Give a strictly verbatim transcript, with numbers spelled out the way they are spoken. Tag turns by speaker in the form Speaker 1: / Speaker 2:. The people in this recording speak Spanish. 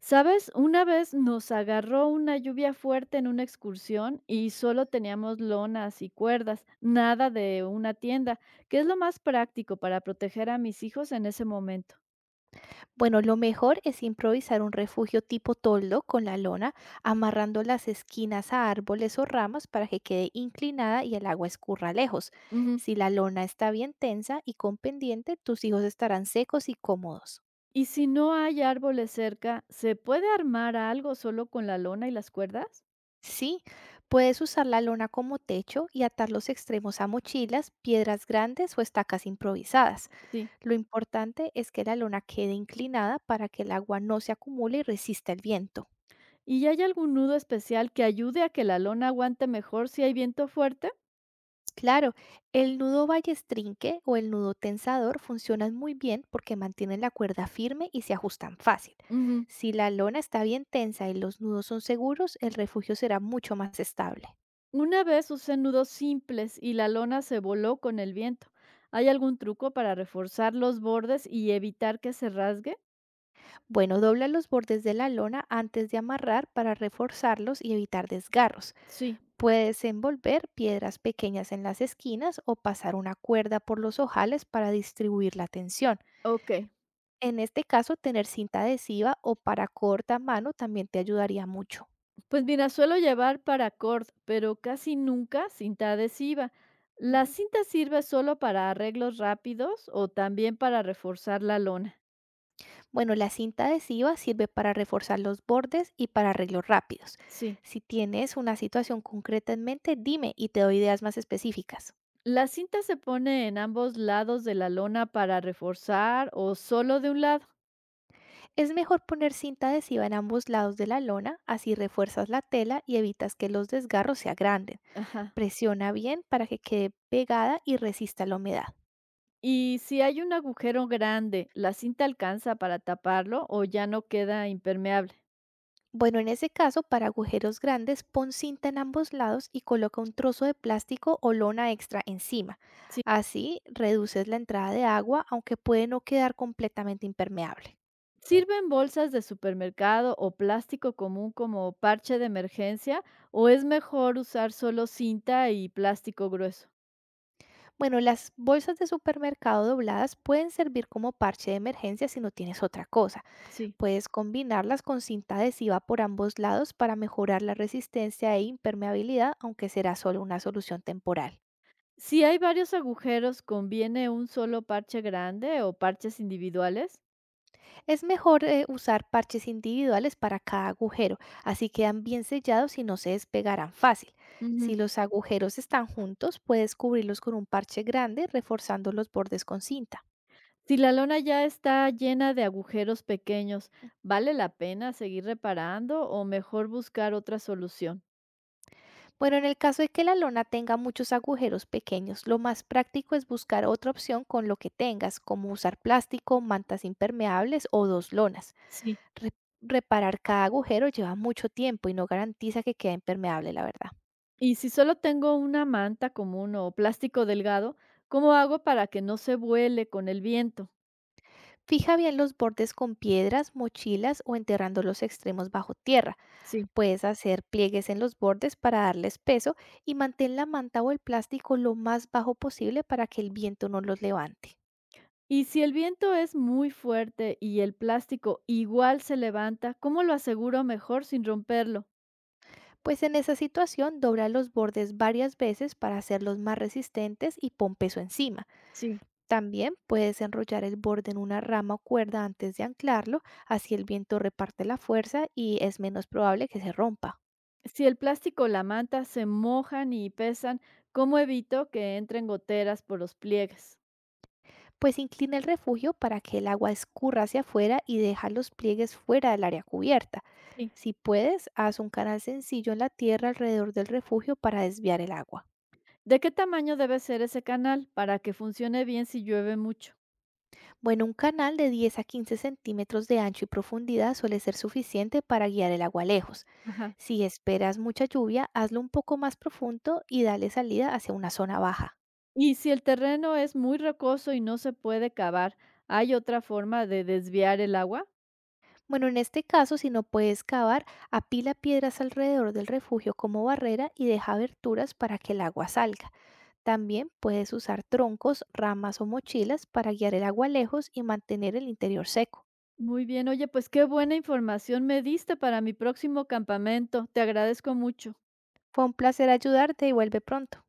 Speaker 1: ¿Sabes? Una vez nos agarró una lluvia fuerte en una excursión y solo teníamos lonas y cuerdas, nada de una tienda, que es lo más práctico para proteger a mis hijos en ese momento.
Speaker 2: Bueno, lo mejor es improvisar un refugio tipo toldo con la lona, amarrando las esquinas a árboles o ramas para que quede inclinada y el agua escurra lejos.
Speaker 1: Ujú.
Speaker 2: Si la lona está bien tensa y con pendiente, tus hijos estarán secos y cómodos.
Speaker 1: Y si no hay árboles cerca, ¿se puede armar algo solo con la lona y las cuerdas?
Speaker 2: Sí, puedes usar la lona como techo y atar los extremos a mochilas, piedras grandes o estacas improvisadas.
Speaker 1: Sí.
Speaker 2: Lo importante es que la lona quede inclinada para que el agua no se acumule y resista el viento.
Speaker 1: ¿Y hay algún nudo especial que ayude a que la lona aguante mejor si hay viento fuerte?
Speaker 2: Claro, el nudo ballestrinque o el nudo tensador funcionan muy bien porque mantienen la cuerda firme y se ajustan fácil.
Speaker 1: Ujú.
Speaker 2: Si la lona está bien tensa y los nudos son seguros, el refugio será mucho más estable.
Speaker 1: Una vez usé nudos simples y la lona se voló con el viento. ¿Hay algún truco para reforzar los bordes y evitar que se rasgue?
Speaker 2: Bueno, dobla los bordes de la lona antes de amarrar para reforzarlos y evitar desgarros.
Speaker 1: Sí,
Speaker 2: Puedes envolver piedras pequeñas en las esquinas o pasar una cuerda por los ojales para distribuir la tensión.
Speaker 1: ok.
Speaker 2: En este caso, tener cinta adhesiva o para corta mano también te ayudaría mucho.
Speaker 1: Pues mira, suelo llevar paracord, pero casi nunca cinta adhesiva. ¿La
Speaker 2: Ujú.
Speaker 1: cinta sirve solo para arreglos rápidos o también para reforzar la lona?
Speaker 2: Bueno, la cinta adhesiva sirve para reforzar los bordes y para arreglos rápidos.
Speaker 1: Sí.
Speaker 2: Si tienes una situación concreta en mente, dime y te doy ideas más específicas.
Speaker 1: ¿La cinta se pone en ambos lados de la lona para reforzar o solo de un lado?
Speaker 2: Es mejor poner cinta adhesiva en ambos lados de la lona, así refuerzas la tela y evitas que los desgarros se agranden.
Speaker 1: Ajá.
Speaker 2: Presiona bien para que quede pegada y resista la humedad.
Speaker 1: Y si hay un agujero grande, ¿la cinta alcanza para taparlo o ya no queda impermeable?
Speaker 2: Bueno, en ese caso, para agujeros grandes, pon cinta en ambos lados y coloca un trozo de plástico o lona extra encima.
Speaker 1: Si.
Speaker 2: Así reduces la entrada de agua, aunque puede no quedar completamente impermeable.
Speaker 1: ¿Sirven bolsas de supermercado o plástico común como parche de emergencia o es mejor usar solo cinta y plástico grueso?
Speaker 2: Bueno, las bolsas de supermercado dobladas pueden servir como parche de emergencia si no tienes otra cosa.
Speaker 1: Sí.
Speaker 2: Puedes combinarlas con cinta adhesiva por ambos lados para mejorar la resistencia e impermeabilidad, aunque será solo una solución temporal.
Speaker 1: Si hay varios agujeros, ¿conviene un solo parche grande o parches individuales?
Speaker 2: Es mejor eh, usar parches individuales para cada agujero, así quedan bien sellados y no se despegarán fácil.
Speaker 1: Ujú.
Speaker 2: Si los agujeros están juntos, puedes cubrirlos con un parche grande, reforzando los bordes con cinta.
Speaker 1: Si la lona ya está llena de agujeros pequeños, ¿vale la pena seguir reparando o mejor buscar otra solución?
Speaker 2: Bueno, en el caso de que la lona tenga muchos agujeros pequeños, lo más práctico es buscar otra opción con lo que tengas, como usar plástico, mantas impermeables o dos lonas.
Speaker 1: Sí.
Speaker 2: Re- reparar cada agujero lleva mucho tiempo y no garantiza que quede impermeable, la verdad.
Speaker 1: Y si solo tengo una manta común o plástico delgado, ¿cómo hago para que no se vuele con el viento?
Speaker 2: Fija bien los bordes con piedras, mochilas o enterrando los extremos bajo tierra.
Speaker 1: Sí.
Speaker 2: Puedes hacer pliegues en los bordes para darles peso y mantén la manta o el plástico lo más bajo posible para que el viento no los levante.
Speaker 1: Y si el viento es muy fuerte y el plástico igual se levanta, ¿cómo lo aseguro mejor sin romperlo?
Speaker 2: Pues en esa situación dobla los bordes varias veces para hacerlos más resistentes y pon peso encima.
Speaker 1: Sí.
Speaker 2: También puedes enrollar el borde en una rama o cuerda antes de anclarlo, así el viento reparte la fuerza y es menos probable que se rompa.
Speaker 1: Si el plástico o la manta se mojan y pesan, ¿cómo evito que entren goteras por los pliegues?
Speaker 2: Pues inclina el refugio para que el agua escurra hacia afuera y deja los pliegues fuera del área cubierta.
Speaker 1: Sí.
Speaker 2: Si puedes, haz un canal sencillo en la tierra alrededor del refugio para desviar el agua.
Speaker 1: ¿De qué tamaño debe ser ese canal para que funcione bien si llueve mucho?
Speaker 2: Bueno, un canal de diez a quince centímetros de ancho y profundidad suele ser suficiente para guiar el agua lejos.
Speaker 1: Ajá.
Speaker 2: Si esperas mucha lluvia, hazlo un poco más profundo y dale salida hacia una zona baja.
Speaker 1: Y si el terreno es muy rocoso y no se puede cavar, ¿hay otra forma de desviar el agua?
Speaker 2: Bueno, en este caso, si no puedes cavar, apila piedras alrededor del refugio como barrera y deja aberturas para que el agua salga. También puedes usar troncos, ramas o mochilas para guiar el agua lejos y mantener el interior seco.
Speaker 1: Muy bien, oye, pues qué buena información me diste para mi próximo campamento. Te agradezco mucho.
Speaker 2: Fue un placer ayudarte y vuelve pronto.